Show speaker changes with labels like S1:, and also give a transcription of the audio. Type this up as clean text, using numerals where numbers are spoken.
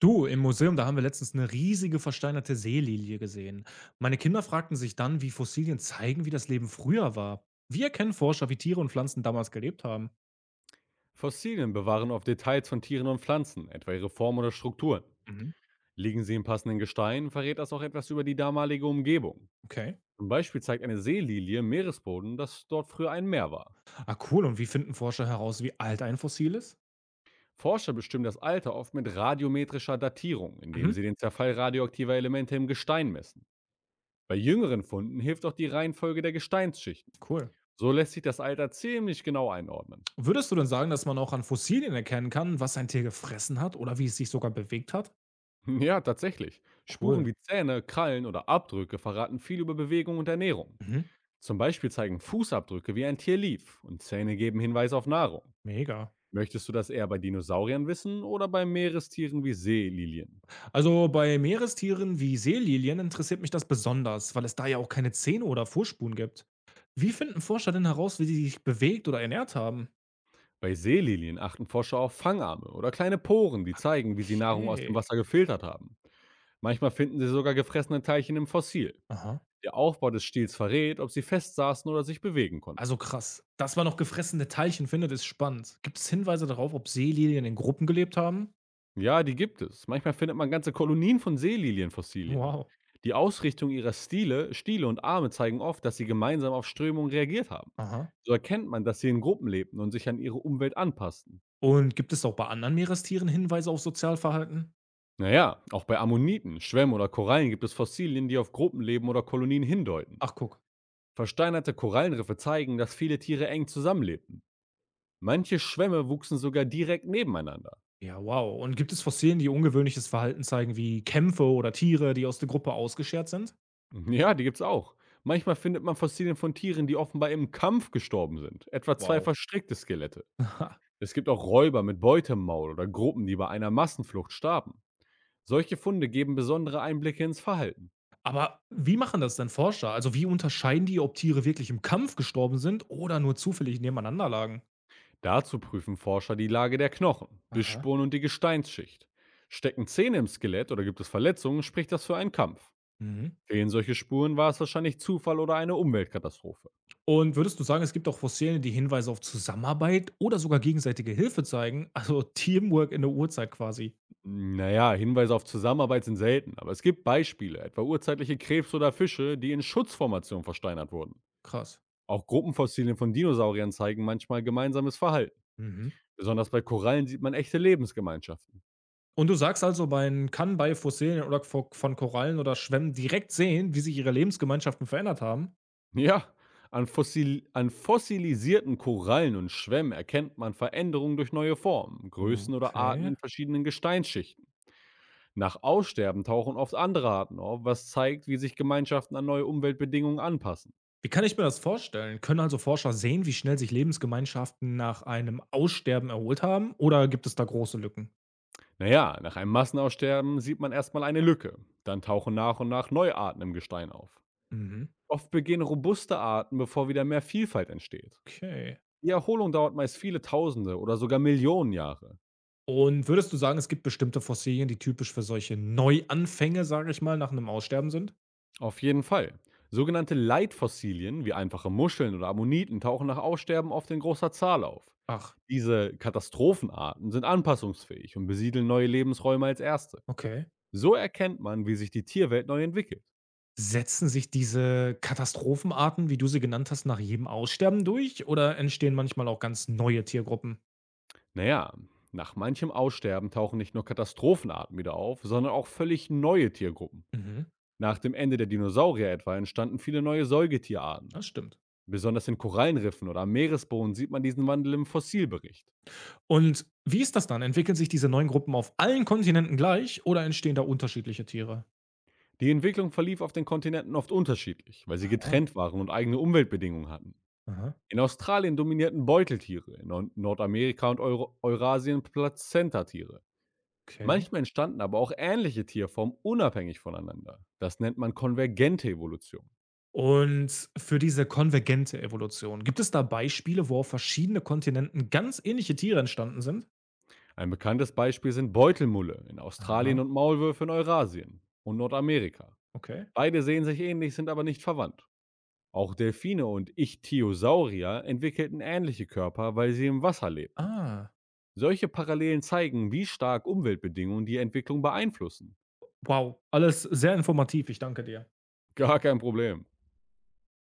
S1: Du, im Museum, da haben wir letztens eine riesige versteinerte Seelilie gesehen. Meine Kinder fragten sich dann, wie Fossilien zeigen, wie das Leben früher war. Wie erkennen Forscher, wie Tiere und Pflanzen damals gelebt haben?
S2: Fossilien bewahren oft Details von Tieren und Pflanzen, etwa ihre Form oder Strukturen.
S1: Mhm.
S2: Liegen sie im passenden Gestein, verrät das auch etwas über die damalige Umgebung.
S1: Okay.
S2: Zum Beispiel zeigt eine Seelilie im Meeresboden, dass dort früher ein Meer war.
S1: Ah, cool. Und wie finden Forscher heraus, wie alt ein Fossil ist?
S2: Forscher bestimmen das Alter oft mit radiometrischer Datierung, indem
S1: Mhm.
S2: sie den Zerfall radioaktiver Elemente im Gestein messen. Bei jüngeren Funden hilft auch die Reihenfolge der Gesteinsschichten.
S1: Cool.
S2: So lässt sich das Alter ziemlich genau einordnen.
S1: Würdest du denn sagen, dass man auch an Fossilien erkennen kann, was ein Tier gefressen hat oder wie es sich sogar bewegt hat?
S2: Ja, tatsächlich. Spuren
S1: Cool.
S2: wie Zähne, Krallen oder Abdrücke verraten viel über Bewegung und Ernährung.
S1: Mhm.
S2: Zum Beispiel zeigen Fußabdrücke, wie ein Tier lief, und Zähne geben Hinweise auf Nahrung.
S1: Mega.
S2: Möchtest du das eher bei Dinosauriern wissen oder bei Meerestieren wie Seelilien?
S1: Also bei Meerestieren wie Seelilien interessiert mich das besonders, weil es da ja auch keine Zähne oder Vorspuren gibt. Wie finden Forscher denn heraus, wie sie sich bewegt oder ernährt haben?
S2: Bei Seelilien achten Forscher auf Fangarme oder kleine Poren, die zeigen, wie sie Nahrung aus
S1: Okay.
S2: dem Wasser gefiltert haben. Manchmal finden sie sogar gefressene Teilchen im Fossil.
S1: Aha.
S2: Der Aufbau des Stils verrät, ob sie fest saßen oder sich bewegen
S1: Also
S2: konnten.
S1: krass. Dass man noch gefressene Teilchen findet, ist spannend. Gibt es Hinweise darauf, ob Seelilien in Gruppen gelebt haben?
S2: Ja, die gibt es. Manchmal findet man ganze Kolonien von Seelilienfossilien.
S1: Wow.
S2: Die Ausrichtung ihrer Stile, Stiele und Arme zeigen oft, dass sie gemeinsam auf Strömungen reagiert haben.
S1: Aha.
S2: So erkennt man, dass sie in Gruppen lebten und sich an ihre Umwelt anpassten.
S1: Und gibt es auch bei anderen Meerestieren Hinweise auf Sozialverhalten?
S2: Naja, auch bei Ammoniten, Schwämmen oder Korallen gibt es Fossilien, die auf Gruppenleben oder Kolonien hindeuten.
S1: Ach, guck.
S2: Versteinerte Korallenriffe zeigen, dass viele Tiere eng zusammenlebten. Manche Schwämme wuchsen sogar direkt nebeneinander.
S1: Ja, wow. Und gibt es Fossilien, die ungewöhnliches Verhalten zeigen, wie Kämpfe oder Tiere, die aus der Gruppe ausgeschert sind?
S2: Ja, die gibt's auch. Manchmal findet man Fossilien von Tieren, die offenbar im Kampf gestorben sind, etwa zwei
S1: Wow.
S2: verstrickte Skelette. Es gibt auch Räuber mit Beute im Maul oder Gruppen, die bei einer Massenflucht starben. Solche Funde geben besondere Einblicke ins Verhalten.
S1: Aber wie machen das denn Forscher? Also, wie unterscheiden die, ob Tiere wirklich im Kampf gestorben sind oder nur zufällig nebeneinander lagen?
S2: Dazu prüfen Forscher die Lage der Knochen,
S1: Aha.
S2: Bissspuren und die Gesteinsschicht. Stecken Zähne im Skelett oder gibt es Verletzungen, spricht das für einen Kampf.
S1: Mhm.
S2: Fehlen solche Spuren, war es wahrscheinlich Zufall oder eine Umweltkatastrophe.
S1: Und würdest du sagen, es gibt auch Fossilien, die Hinweise auf Zusammenarbeit oder sogar gegenseitige Hilfe zeigen? Also Teamwork in der Urzeit quasi.
S2: Naja, Hinweise auf Zusammenarbeit sind selten, aber es gibt Beispiele, etwa urzeitliche Krebs oder Fische, die in Schutzformationen versteinert wurden.
S1: Krass.
S2: Auch Gruppenfossilien von Dinosauriern zeigen manchmal gemeinsames Verhalten.
S1: Mhm.
S2: Besonders bei Korallen sieht man echte Lebensgemeinschaften.
S1: Und du sagst also, man kann bei Fossilien oder von Korallen oder Schwämmen direkt sehen, wie sich ihre Lebensgemeinschaften verändert haben?
S2: Ja, an fossilisierten Korallen und Schwämmen erkennt man Veränderungen durch neue Formen, Größen oder Arten
S1: Okay.
S2: in verschiedenen Gesteinsschichten. Nach Aussterben tauchen oft andere Arten auf, was zeigt, wie sich Gemeinschaften an neue Umweltbedingungen anpassen.
S1: Wie kann ich mir das vorstellen? Können also Forscher sehen, wie schnell sich Lebensgemeinschaften nach einem Aussterben erholt haben, oder gibt es da große Lücken?
S2: Naja, nach einem Massenaussterben sieht man erstmal eine Lücke. Dann tauchen nach und nach neue Arten im Gestein auf.
S1: Mhm.
S2: Oft begehen robuste Arten, bevor wieder mehr Vielfalt entsteht.
S1: Okay.
S2: Die Erholung dauert meist viele Tausende oder sogar Millionen Jahre.
S1: Und würdest du sagen, es gibt bestimmte Fossilien, die typisch für solche Neuanfänge, sage ich mal, nach einem Aussterben sind?
S2: Auf jeden Fall. Sogenannte Leitfossilien wie einfache Muscheln oder Ammoniten tauchen nach Aussterben oft in großer Zahl auf.
S1: Ach,
S2: Diese Katastrophenarten sind anpassungsfähig und besiedeln neue Lebensräume als erste.
S1: okay.
S2: So erkennt man, wie sich die Tierwelt neu entwickelt.
S1: Setzen sich diese Katastrophenarten, wie du sie genannt hast, nach jedem Aussterben durch oder entstehen manchmal auch ganz neue Tiergruppen?
S2: Naja, nach manchem Aussterben tauchen nicht nur Katastrophenarten wieder auf, sondern auch völlig neue Tiergruppen.
S1: Mhm,
S2: Nach dem Ende der Dinosaurier etwa entstanden viele neue Säugetierarten.
S1: das stimmt.
S2: Besonders in Korallenriffen oder am Meeresboden sieht man diesen Wandel im Fossilbericht.
S1: Und wie ist das dann? Entwickeln sich diese neuen Gruppen auf allen Kontinenten gleich oder entstehen da unterschiedliche Tiere?
S2: Die Entwicklung verlief auf den Kontinenten oft unterschiedlich, weil sie
S1: Aha,
S2: getrennt waren und eigene Umweltbedingungen hatten.
S1: aha,
S2: In Australien dominierten Beuteltiere, in Nordamerika und Euro Eurasien Plazentatiere.
S1: okay.
S2: Manchmal entstanden aber auch ähnliche Tierformen unabhängig voneinander. Das nennt man konvergente Evolution.
S1: Und für diese konvergente Evolution, gibt es da Beispiele, wo auf verschiedene Kontinenten ganz ähnliche Tiere entstanden sind?
S2: Ein bekanntes Beispiel sind Beutelmulle in
S1: Aha,
S2: Australien und Maulwürfe in Eurasien und Nordamerika.
S1: okay.
S2: Beide sehen sich ähnlich, sind aber nicht verwandt. Auch Delfine und Ichthyosaurier entwickelten ähnliche Körper, weil sie im Wasser lebten.
S1: Ah,
S2: Solche Parallelen zeigen, wie stark Umweltbedingungen die Entwicklung beeinflussen.
S1: wow, alles sehr informativ, ich danke dir.
S2: Gar kein Problem.